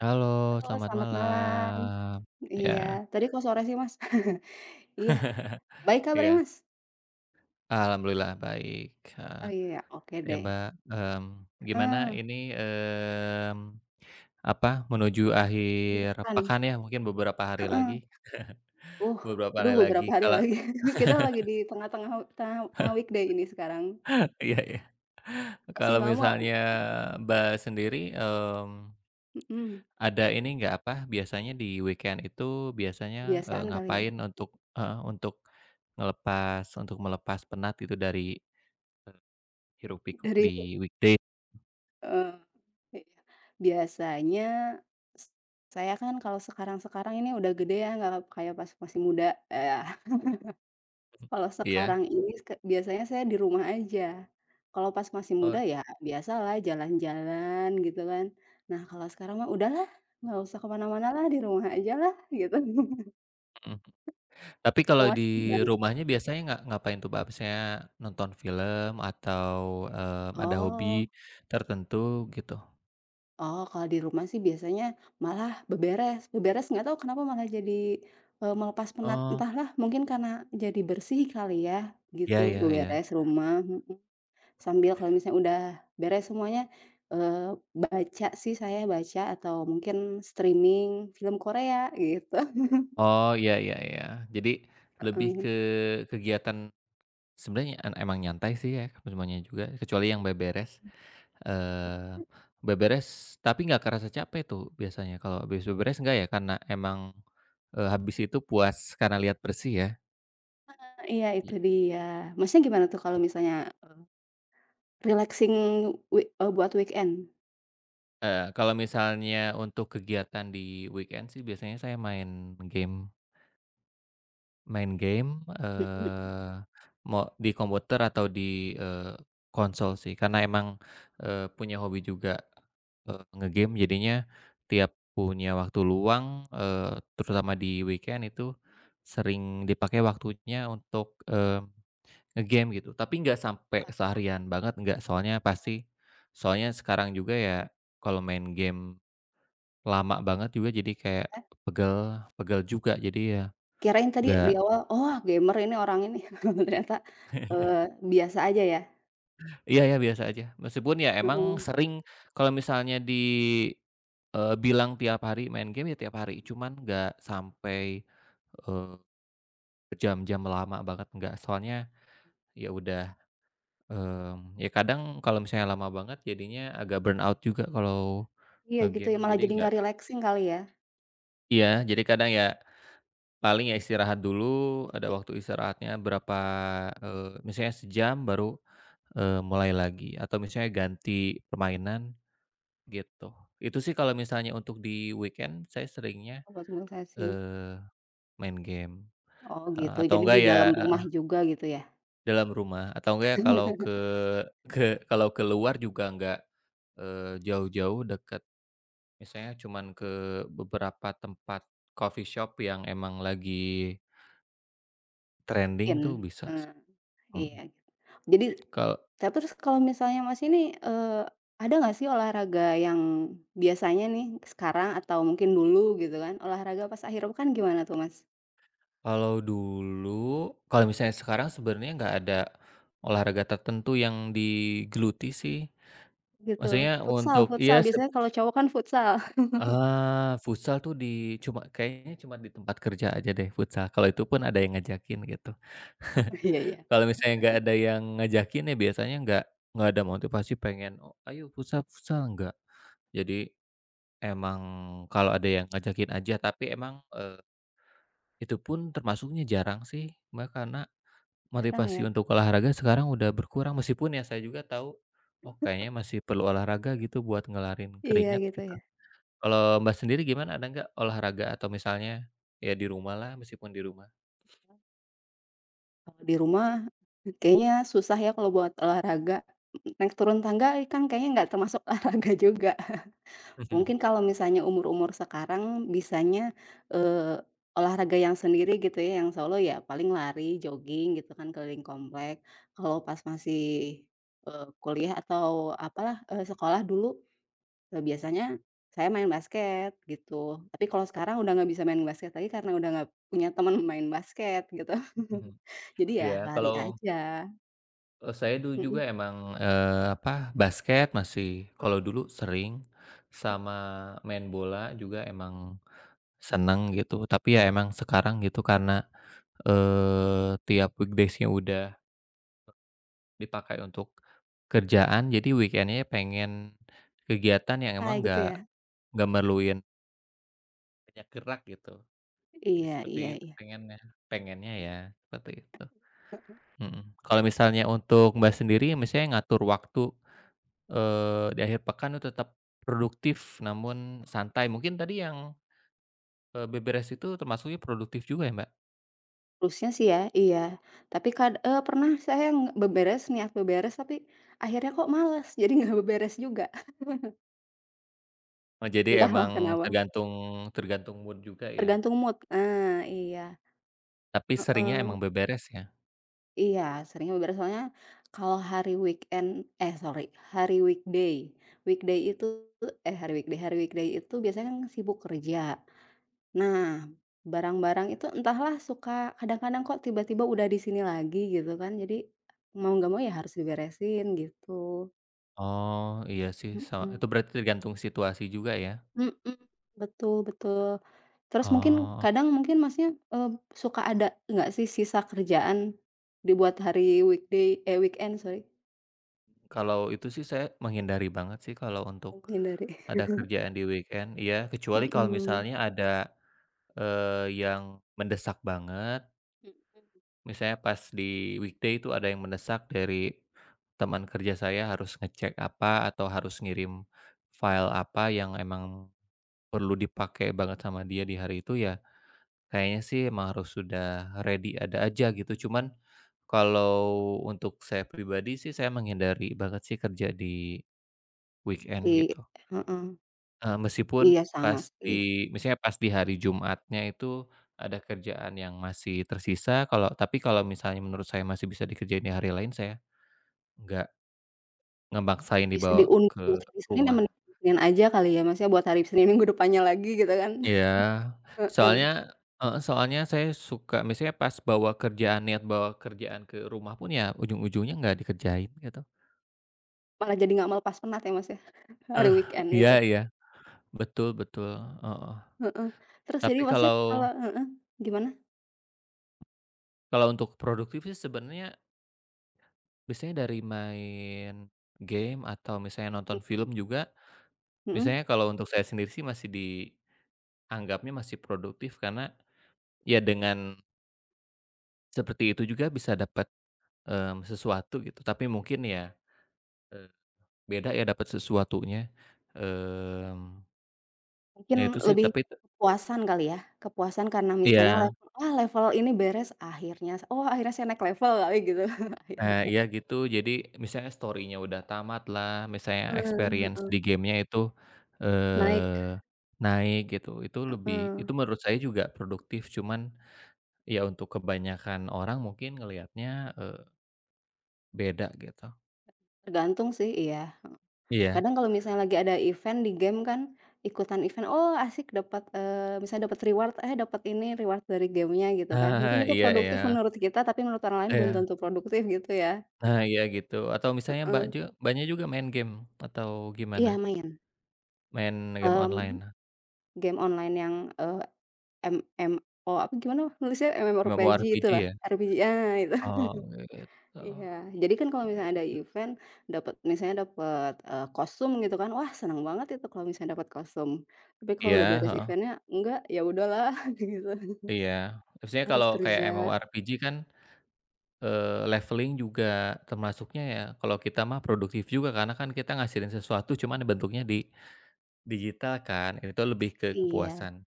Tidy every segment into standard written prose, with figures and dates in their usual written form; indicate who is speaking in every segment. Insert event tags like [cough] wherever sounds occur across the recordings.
Speaker 1: Halo,
Speaker 2: Halo,
Speaker 1: selamat
Speaker 2: selamat malam.
Speaker 1: malam. Ya,
Speaker 2: Iya, tadi kok sore sih, Mas? [laughs] Iya, baik kabarnya,
Speaker 1: ya.
Speaker 2: Mas?
Speaker 1: Alhamdulillah baik, heeh.
Speaker 2: Oh iya, oke
Speaker 1: Ya,
Speaker 2: deh.
Speaker 1: Mbak, gimana
Speaker 2: Heeh,
Speaker 1: ini, apa, menuju
Speaker 2: akhir
Speaker 1: akhir
Speaker 2: pekan,
Speaker 1: pekan ya, mungkin beberapa hari
Speaker 2: heeh.
Speaker 1: lagi
Speaker 2: Uh,
Speaker 1: [laughs] beberapa
Speaker 2: aduh
Speaker 1: hari lagi.
Speaker 2: beberapa hari
Speaker 1: Kalau
Speaker 2: lagi. [laughs] Kita lagi di tengah-tengah tengah tengah weekday ini sekarang.
Speaker 1: [laughs] iya, iya.
Speaker 2: Masih
Speaker 1: Kalau
Speaker 2: lama,
Speaker 1: misalnya Mbak sendiri,
Speaker 2: mhm,
Speaker 1: ada ini nggak, apa, biasanya di weekend itu biasanya,
Speaker 2: kebiasaan kali ya.
Speaker 1: ngapain untuk heeh, untuk ngelepas untuk melepas penat itu dari hiruk pikuk
Speaker 2: Dari
Speaker 1: di weekday?
Speaker 2: heeh, iya. Biasanya s saya kan kalau sekarang-sekarang ini udah gede ya, nggak kayak pas masih muda, eee, kalau
Speaker 1: Iya.
Speaker 2: sekarang ini biasanya saya di rumah aja. Kalau pas masih
Speaker 1: Oh,
Speaker 2: muda ya biasalah jalan-jalan gitu kan. Nah kalau sekarang mah udahlah, nggak usah kemana-mana lah, di rumah aja lah gitu. [laughs]
Speaker 1: mhm. Tapi
Speaker 2: Kalau
Speaker 1: kalau di
Speaker 2: Masnya gimana?
Speaker 1: rumahnya biasanya nggak ngapain tuh, Mbak? Misalnya nonton film atau, ada hobi
Speaker 2: Oh
Speaker 1: tertentu gitu?
Speaker 2: oh kalau di rumah sih biasanya malah beberes. Beberes nggak tahu kenapa malah jadi, melepas penat,
Speaker 1: Oh,
Speaker 2: entahlah mungkin karena jadi bersih kali ya
Speaker 1: iya,
Speaker 2: gitu,
Speaker 1: iya, iya.
Speaker 2: beberes rumah, mhm. Sambil kalau misalnya udah beres semuanya, eee, baca sih saya, baca atau mungkin streaming film Korea [laughs] gitu,
Speaker 1: Oh, iya, iya, iya. Jadi lebih
Speaker 2: heeh.
Speaker 1: ke kegiatan sebenarnya en emang nyantai sih ya semuanya juga, kecuali yang beberes, eee, beberes tapi nggak kerasa capek tuh biasanya kalau habis beberes nggak ya? Karena emang, habis itu puas karena lihat bersih ya?
Speaker 2: Iya itu dia. Masnya gimana tuh kalau misalnya, eee, relaxing buat weekend?
Speaker 1: Kalau misalnya untuk kegiatan di weekend sih biasanya saya main game main game,
Speaker 2: Mhm,
Speaker 1: eee, mo di komputer atau di, konsol sih karena emang, punya hobi juga, eee, nge jadinya tiap punya waktu luang, terutama di weekend itu sering dipakai waktunya untuk, nge gitu. Tapi nggak sampai seharian banget nggak, soalnya sekarang juga ya kalau main game lama banget juga jadi kayak
Speaker 2: apa,
Speaker 1: pegel pegel juga jadi ya
Speaker 2: kirain tadi di
Speaker 1: nggak
Speaker 2: awal, "Oh gamer ini orang ini [laughs] ternyata,
Speaker 1: [laughs]
Speaker 2: eee, biasa aja ya?"
Speaker 1: iya ya biasa aja. Meskipun ya emang
Speaker 2: Heeh.
Speaker 1: sering kalau misalnya dibilang tiap hari main game ya tiap hari, cuman nggak sampai, eee, berjam-jam lama banget nggak, soalnya ya udah, ya kadang kalau misalnya lama banget jadinya agak burn out juga kalau
Speaker 2: Iya gitu
Speaker 1: nge-game.
Speaker 2: ya, malah
Speaker 1: Jadi
Speaker 2: jadi
Speaker 1: nggak
Speaker 2: nggak relaxing kali ya,
Speaker 1: Iya, jadi kadang ya paling ya istirahat dulu, ada waktu istirahatnya berapa, misalnya sejam baru, mulai lagi atau misalnya ganti permainan gitu. Itu sih kalau misalnya untuk di weekend saya seringnya,
Speaker 2: obat relaxing.
Speaker 1: eee, main game,
Speaker 2: Oh
Speaker 1: heeh,
Speaker 2: gitu, jadi
Speaker 1: atau enggak
Speaker 2: di
Speaker 1: ya
Speaker 2: dalam rumah
Speaker 1: heeh,
Speaker 2: juga gitu ya?
Speaker 1: dalam rumah atau enggak ya kalau
Speaker 2: [laughs]
Speaker 1: ke [laughs] kalau keluar juga enggak, jauh-jauh deket, misalnya cuman ke beberapa tempat coffee shop yang emang lagi trending
Speaker 2: Mungkin,
Speaker 1: tuh bisa sih,
Speaker 2: eee.
Speaker 1: mhm,
Speaker 2: Iya, gitu. Jadi
Speaker 1: kal
Speaker 2: tapi terus kalau misalnya Mas ini, eee, ada nggak sih olahraga yang biasanya nih sekarang atau mungkin dulu gitu kan, olahraga pas akhir pekan gimana tuh Mas?
Speaker 1: Kalau dulu, kalau misalnya sekarang sebenarnya nggak ada olahraga tertentu yang digeluti sih.
Speaker 2: Gitu,
Speaker 1: Maksudnya
Speaker 2: futsal
Speaker 1: untuk iya
Speaker 2: futsal
Speaker 1: seb
Speaker 2: biasanya kalau cowok kan futsal.
Speaker 1: futsal tuh di cuma kayaknya cuma di tempat kerja aja deh futsal, kalau itu pun ada yang ngajakin gitu.
Speaker 2: [laughs] Iya iya,
Speaker 1: Kalau misalnya nggak ada yang ngajakin ya biasanya nggak ada motivasi pengen, "Oh ayo futsal futsal," nggak. Jadi emang kalau ada yang ngajakin aja, tapi emang, itu pun termasuknya jarang sih Mbak, karena
Speaker 2: jarang ya?
Speaker 1: motivasi untuk olahraga sekarang udah berkurang meskipun ya saya juga tahu, oh kayaknya masih perlu olahraga gitu buat ngelarin
Speaker 2: Iya
Speaker 1: keringat
Speaker 2: gitu
Speaker 1: gitu.
Speaker 2: ya.
Speaker 1: Kalau Mbak sendiri gimana, ada nggak olahraga atau misalnya ya di rumah lah meskipun di rumah?
Speaker 2: Kalau di rumah kayaknya susah ya kalau buat olahraga, naik turun tangga kan kayaknya nggak termasuk [laughs] olahraga juga. Mungkin
Speaker 1: [laughs]
Speaker 2: kalau misalnya umur-umur sekarang bisanya, eee, olahraga yang sendiri gitu ya, yang solo ya paling lari, jogging gitu kan keliling komplek. Kalau pas masih, kuliah atau apalah, sekolah dulu, biasanya saya main basket gitu. Tapi kalau sekarang udah nggak bisa main basket lagi karena udah nggak punya teman [laughs] main basket gitu.
Speaker 1: Mhm,
Speaker 2: [laughs] Jadi ya
Speaker 1: iya
Speaker 2: lari
Speaker 1: kalau,
Speaker 2: aja.
Speaker 1: saya dulu juga
Speaker 2: Mhm.
Speaker 1: emang, apa, basket masih kalau
Speaker 2: Mhm.
Speaker 1: dulu sering,
Speaker 2: Mhm,
Speaker 1: sama main bola juga emang seneng gitu tapi ya emang sekarang gitu karena, tiap weekdays-nya udah dipakai untuk kerjaan, jadi weekendnya pengen kegiatan yang
Speaker 2: kayak
Speaker 1: emang
Speaker 2: gitu
Speaker 1: nggak
Speaker 2: ya?
Speaker 1: merluin banyak gerak gitu. Jadi
Speaker 2: Iya
Speaker 1: seperti
Speaker 2: iya
Speaker 1: itu
Speaker 2: iya.
Speaker 1: pengennya pengennya ya, seperti itu, mhm. Kalau misalnya untuk Mbak sendiri misalnya ngatur waktu, di akhir pekan itu tetap produktif namun santai, mungkin tadi yang, beberes itu termasuknya produktif juga ya, Mbak?
Speaker 2: Harusnya sih ya, iya. Tapi pernah saya beberes, niat beberes, tapi akhirnya kok males, jadi nggak beberes juga.
Speaker 1: Oh, jadi
Speaker 2: Entahlah
Speaker 1: emang
Speaker 2: kenapa,
Speaker 1: tergantung tergantung mood juga ya?
Speaker 2: tergantung mood. Nah, iya,
Speaker 1: Tapi seringnya
Speaker 2: heeh,
Speaker 1: emang beberes ya?
Speaker 2: iya, seringnya beberes, soalnya kalau hari eh, sorry, hari weekday, weekday itu hari weekday itu biasanya kan sibuk kerja. Nah, barang-barang itu entahlah suka kadang-kadang kok tiba-tiba udah di sini lagi gitu kan, jadi mau nggak mau ya harus diberesin, gitu.
Speaker 1: Oh, iya sih sa itu
Speaker 2: Mhm,
Speaker 1: berarti tergantung situasi juga ya?
Speaker 2: mhm, betul betul. Terus mungkin
Speaker 1: Oh,
Speaker 2: kadang mungkin Masnya, eee, suka ada nggak sih sisa kerjaan dibuat hari weekend sorry,
Speaker 1: kalau itu sih saya menghindari banget sih kalau untuk
Speaker 2: menghindari
Speaker 1: ada kerjaan di weekend, iya,
Speaker 2: [laughs]
Speaker 1: kecuali kalau
Speaker 2: mhm,
Speaker 1: misalnya ada, yang mendesak banget,
Speaker 2: mhm,
Speaker 1: misalnya pas di weekday itu ada yang mendesak dari teman kerja saya harus ngecek apa atau harus ngirim file apa yang emang perlu dipakai banget sama dia di hari itu ya kayaknya sih emang harus sudah ready ada aja gitu, cuman kalau untuk saya pribadi sih saya menghindari banget sih kerja di
Speaker 2: i
Speaker 1: weekend gitu.
Speaker 2: heeh,
Speaker 1: Meskipun
Speaker 2: iya sama
Speaker 1: pas
Speaker 2: sih.
Speaker 1: di misalnya pas di hari Jumatnya itu ada kerjaan yang masih tersisa kalau tapi kalau misalnya menurut saya masih bisa dikerjain di hari lain, saya nggak ngebaksain
Speaker 2: Bisa
Speaker 1: dibawa
Speaker 2: diundur
Speaker 1: ke
Speaker 2: buat hari Senin ya
Speaker 1: rumah.
Speaker 2: mending hari Senin aja kali ya Mas ya, buat hari Senin minggu depannya lagi gitu kan.
Speaker 1: Iya,
Speaker 2: [laughs] Heeh,
Speaker 1: soalnya heeh, soalnya saya suka misalnya pas bawa kerjaan niat bawa kerjaan ke rumah pun ya ujung-ujungnya nggak dikerjain gitu.
Speaker 2: malah jadi nggak melepas penat ya Mas ya, [laughs] hari
Speaker 1: Eh,
Speaker 2: weekend
Speaker 1: iya
Speaker 2: itu,
Speaker 1: iya, betul betul, heeh.
Speaker 2: heeh. Terus jadi
Speaker 1: Tapi
Speaker 2: Masnya kalau
Speaker 1: kalau
Speaker 2: heeh, gimana?
Speaker 1: kalau untuk produktif sih sebenarnya biasanya dari main game atau misalnya nonton
Speaker 2: Mhm,
Speaker 1: film juga,
Speaker 2: mhm.
Speaker 1: misalnya kalau untuk saya sendiri sih masih dianggapnya masih produktif karena ya dengan seperti itu juga bisa dapat, sesuatu gitu tapi mungkin ya, eee beda ya dapat sesuatunya, mmm,
Speaker 2: Mungkin
Speaker 1: ya itu sih
Speaker 2: lebih
Speaker 1: tapi te
Speaker 2: kepuasan kali ya, kepuasan karena misalnya
Speaker 1: iya,
Speaker 2: level, "Ah, level ini beres akhirnya, oh akhirnya saya naik level," kali gitu [laughs]
Speaker 1: nah
Speaker 2: akhirnya.
Speaker 1: iya gitu jadi misalnya story-nya udah tamat lah misalnya
Speaker 2: Heeh,
Speaker 1: experience
Speaker 2: heeh.
Speaker 1: di game-nya itu,
Speaker 2: Naik
Speaker 1: eee, naik gitu,
Speaker 2: heeh,
Speaker 1: itu menurut saya juga produktif cuman ya untuk kebanyakan orang mungkin ngelihatnya, eee, beda gitu.
Speaker 2: tergantung sih, iya.
Speaker 1: Iya,
Speaker 2: Kadang kalau misalnya lagi ada event di game kan, ikutan event, "Oh asik dapat," misalnya dapat reward, "Eh dapat ini reward dari gamenya," gitu
Speaker 1: [laughs]
Speaker 2: kan. Mungkin
Speaker 1: ah,
Speaker 2: itu
Speaker 1: iya, iya,
Speaker 2: produktif menurut kita, tapi menurut orang lain belum
Speaker 1: iya,
Speaker 2: tentu produktif gitu ya.
Speaker 1: nah iya gitu atau misalnya
Speaker 2: Heeh,
Speaker 1: Mbaknya juga main game atau gimana?
Speaker 2: iya main,
Speaker 1: Main game
Speaker 2: mmm,
Speaker 1: online?
Speaker 2: game online yang, MMO apa gimana nulisnya? MMORPG
Speaker 1: MMORPG
Speaker 2: itulah,
Speaker 1: ya?
Speaker 2: RPG, ah, itu. [laughs]
Speaker 1: Oh, gitu.
Speaker 2: Iya, jadi kan kalau misalnya ada event dapat misalnya dapat, kostum gitu kan, wah seneng banget itu kalau misalnya dapat kostum. Tapi kalau
Speaker 1: Iya,
Speaker 2: udah beres
Speaker 1: heeh,
Speaker 2: event-nya, enggak, ya udahlah [laughs] gitu.
Speaker 1: iya. Maksudnya
Speaker 2: Harus
Speaker 1: kalau kayak
Speaker 2: kerja
Speaker 1: MMORPG kan, leveling juga termasuknya ya, kalau kita mah produktif juga karena kan kita ngasilin sesuatu cuman bentuknya di digital kan, itu lebih ke
Speaker 2: iya,
Speaker 1: kepuasan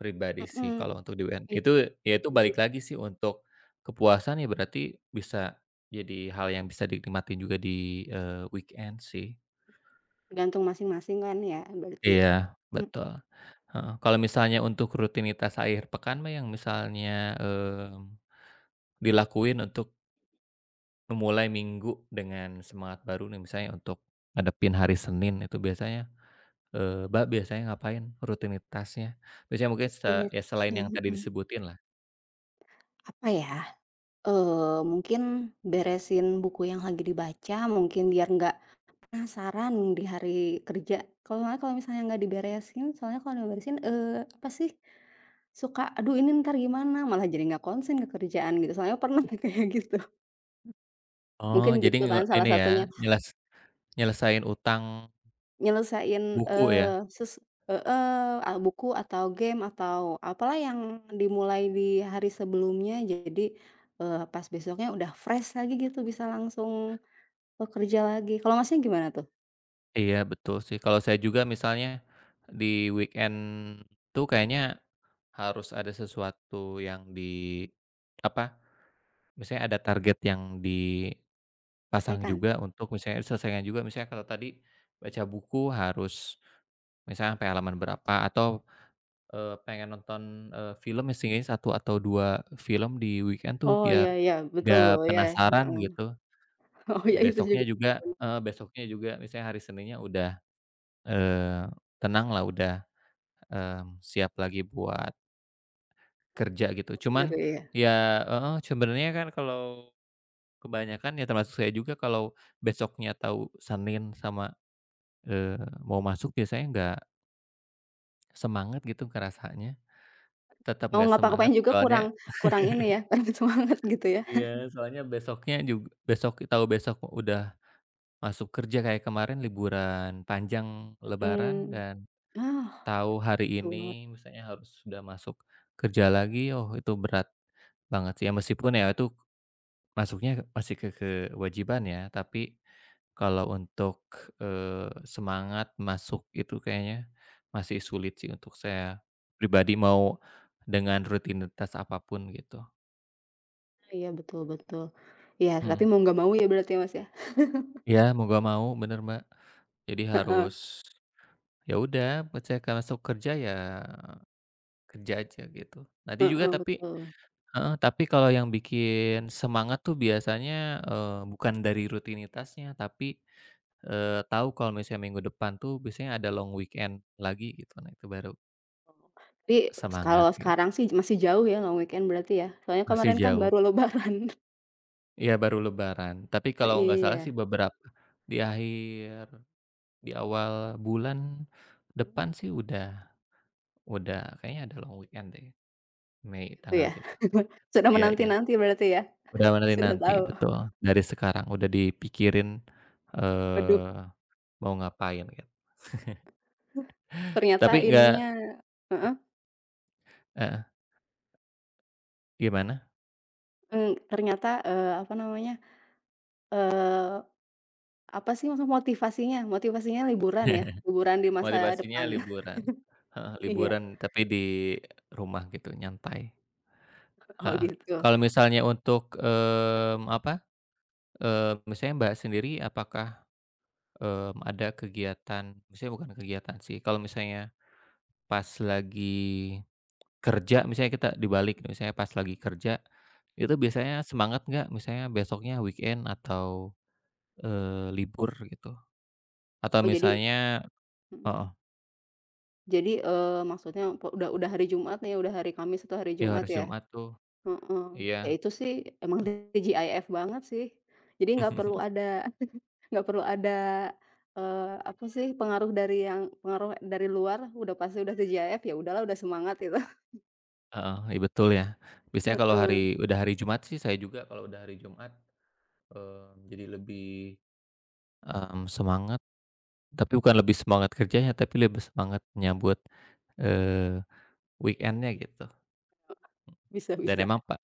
Speaker 1: pribadi sih
Speaker 2: mhm.
Speaker 1: kalau untuk di UN.
Speaker 2: Iya
Speaker 1: Itu ya itu
Speaker 2: setuju,
Speaker 1: balik lagi sih untuk kepuasan ya berarti bisa jadi hal yang bisa dinikmatin juga di, weekend sih.
Speaker 2: tergantung masing-masing kan ya berarti.
Speaker 1: Iya,
Speaker 2: Mhm,
Speaker 1: betul. Heeh, kalau misalnya untuk rutinitas akhir pekan mah yang misalnya, mmm, dilakuin untuk memulai minggu dengan semangat baru nih, misalnya untuk ngadepin hari Senin itu biasanya, Mbak, biasanya ngapain rutinitasnya? Biasanya mungkin se ya selain
Speaker 2: rutinitasnya,
Speaker 1: yang tadi
Speaker 2: mhm.
Speaker 1: disebutin lah.
Speaker 2: Apa ya, mungkin beresin buku yang lagi dibaca mungkin biar nggak penasaran di hari kerja, kalau misalnya nggak diberesin, soalnya kalau diberesin, apa sih, suka, "Aduh ini ntar gimana?" Malah jadi nggak konsen ke kerjaan gitu, soalnya pernah [laughs] kayak gitu.
Speaker 1: Oh,
Speaker 2: Mungkin
Speaker 1: jadi
Speaker 2: gitu
Speaker 1: nge
Speaker 2: kan salah
Speaker 1: ini ya,
Speaker 2: satunya,
Speaker 1: nyeles nyelesain utang
Speaker 2: nyelesain,
Speaker 1: buku ya?
Speaker 2: eee, ses heeh, buku atau game atau apalah yang dimulai di hari sebelumnya, jadi, pas besoknya udah fresh lagi gitu, bisa langsung bekerja lagi. Kalau Masnya gimana tuh?
Speaker 1: Iya, betul sih. Kalau saya juga misalnya di weekend tuh kayaknya harus ada sesuatu yang di apa, misalnya ada target yang dipasang
Speaker 2: Selesaikan?
Speaker 1: juga untuk misalnya diselesaikan juga, misalnya kalau tadi baca buku harus misalnya sampai halaman berapa atau, pengen nonton, film misalnya satu atau 2 film di weekend tuh
Speaker 2: Oh, iya
Speaker 1: biar
Speaker 2: iya, betul betul,
Speaker 1: gak
Speaker 2: iya,
Speaker 1: penasaran gitu,
Speaker 2: oh ya
Speaker 1: di
Speaker 2: itu
Speaker 1: besoknya
Speaker 2: juga.
Speaker 1: juga
Speaker 2: [laughs]
Speaker 1: heeh, besoknya juga misalnya hari Seninnya udah, eee, tenang lah udah, siap lagi buat kerja gitu.
Speaker 2: [unintelligible]
Speaker 1: Cuman
Speaker 2: Bener ya.
Speaker 1: ya heeh, sebenarnya kan kalau kebanyakan ya termasuk saya juga kalau besoknya tahu Senin sama, eee, mau masuk biasanya nggak semangat gitu ngerasanya, tetap
Speaker 2: Mau
Speaker 1: nggak semangat
Speaker 2: ngapa-ngapain juga
Speaker 1: soalnya
Speaker 2: kurang kurang ini ya, kurang [laughs] semangat gitu ya.
Speaker 1: iya, soalnya besoknya jug besok tahu besok udah masuk kerja kayak kemarin liburan panjang lebaran
Speaker 2: Mhm.
Speaker 1: dan
Speaker 2: Ah,
Speaker 1: tahu hari
Speaker 2: betul banget.
Speaker 1: ini misalnya harus sudah masuk kerja lagi, oh itu berat banget sih ya meskipun ya itu masuknya masih ke kewajiban ya, tapi kalau untuk, semangat masuk itu kayaknya masih sulit sih untuk saya pribadi, mau dengan rutinitas apapun gitu.
Speaker 2: Iya betul betul. Iya tapi
Speaker 1: Mhm.
Speaker 2: mau nggak mau ya berarti ya, Mas, ya?
Speaker 1: Iya, mau gak mau, bener, Mbak. Jadi
Speaker 2: Heeh,
Speaker 1: harus ya udah ketika masuk kerja ya kerja aja gitu. Nanti juga
Speaker 2: heeh,
Speaker 1: tapi
Speaker 2: betul.
Speaker 1: heeh, tapi kalau yang bikin semangat tuh biasanya, bukan dari rutinitasnya, tapi tahu kalau misalnya minggu depan tuh biasanya ada long weekend lagi gitu, nah itu baru
Speaker 2: Tapi
Speaker 1: semangat
Speaker 2: kalau
Speaker 1: gitu,
Speaker 2: sekarang sih masih jauh ya long weekend berarti ya? Soalnya
Speaker 1: masih
Speaker 2: kemarin kan
Speaker 1: jauh.
Speaker 2: baru lebaran. [laughs]
Speaker 1: Iya baru lebaran, tapi kalau nggak salah
Speaker 2: Iya.
Speaker 1: sih beberapa di akhir di awal bulan
Speaker 2: Mmm,
Speaker 1: depan sih udah kayaknya ada long weekend deh, Mei
Speaker 2: gitu
Speaker 1: tanggal
Speaker 2: ya?
Speaker 1: gitu.
Speaker 2: [laughs] Sudah
Speaker 1: Iya, iya,
Speaker 2: menanti-nanti berarti ya?
Speaker 1: udah benerin
Speaker 2: Sudah
Speaker 1: nanti,
Speaker 2: tahu.
Speaker 1: betul, dari sekarang udah dipikirin,
Speaker 2: Waduh
Speaker 1: eee, mau ngapain gitu.
Speaker 2: ternyata
Speaker 1: Tapi nggak
Speaker 2: ininya heeh,
Speaker 1: heeh, gimana?
Speaker 2: mmm, ternyata, apa namanya, eee apa sih maksud motivasinya? Motivasinya liburan ya?
Speaker 1: [laughs]
Speaker 2: Liburan di masa
Speaker 1: Motivasinya
Speaker 2: depan? [laughs]
Speaker 1: liburan, heeh,
Speaker 2: Iya,
Speaker 1: liburan tapi di rumah gitu, nyantai,
Speaker 2: oh
Speaker 1: heeh.
Speaker 2: gitu.
Speaker 1: Kalau misalnya untuk, apa, misalnya Mbak sendiri apakah, ada kegiatan misalnya bukan kegiatan sih, kalau misalnya pas lagi kerja, misalnya kita dibalik nih, misalnya pas lagi kerja,
Speaker 2: Mhm,
Speaker 1: itu biasanya semangat nggak misalnya besoknya weekend atau, libur gitu? Atau
Speaker 2: oh jadi
Speaker 1: misalnya
Speaker 2: mhm,
Speaker 1: heeh,
Speaker 2: jadi, maksudnya udah hari Jumat nih, udah hari Kamis atau hari
Speaker 1: ya
Speaker 2: Jumat
Speaker 1: harus
Speaker 2: ya?
Speaker 1: Jumat tuh
Speaker 2: Heeh, ya
Speaker 1: iya.
Speaker 2: itu sih emang TGIF banget sih. Jadi nggak perlu
Speaker 1: [laughs]
Speaker 2: ada [laughs] nggak perlu ada, eee, apa sih, pengaruh dari pengaruh dari luar, udah pasti udah TGIF, ya udahlah udah semangat itu. [laughs]
Speaker 1: Heeh, iya betul ya. Biasanya kalau
Speaker 2: Heeh,
Speaker 1: hari udah hari Jumat sih saya juga kalau udah hari Jumat, jadi lebih, semangat, tapi bukan lebih semangat kerjanya, tapi lebih semangat menyambut, eee, weekend gitu.
Speaker 2: bisa
Speaker 1: Dan
Speaker 2: bisa.
Speaker 1: emang Pak,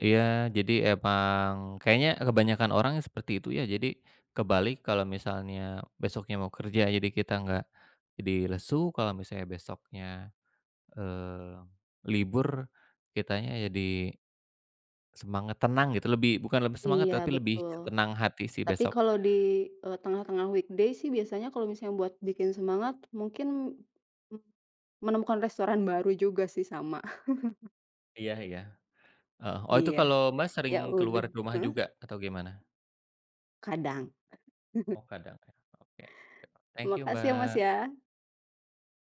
Speaker 1: iya, jadi emang kayaknya kebanyakan orang seperti itu ya, jadi kebalik kalau misalnya besoknya mau kerja, jadi kita nggak jadi lesu, kalau misalnya besoknya, eee, libur kitanya jadi semangat, tenang gitu, lebih bukan lebih semangat,
Speaker 2: Iya,
Speaker 1: tapi lebih
Speaker 2: betul.
Speaker 1: ke tenang hati sih
Speaker 2: Tapi
Speaker 1: besok.
Speaker 2: kalau di, tengah-tengah weekday sih biasanya kalau misalnya buat bikin semangat mungkin, mmm, menemukan restoran baru juga sih sama. [laughs]
Speaker 1: Iya, iya. Heeh. Oh itu
Speaker 2: Iya.
Speaker 1: kalau Mbak sering
Speaker 2: Ya udah
Speaker 1: keluar rumah
Speaker 2: heeh?
Speaker 1: juga atau gimana?
Speaker 2: Kadang.
Speaker 1: Oh
Speaker 2: [laughs]
Speaker 1: kadang ya, oke. Thank you
Speaker 2: Makasih ya Mas
Speaker 1: Mbak.
Speaker 2: ya.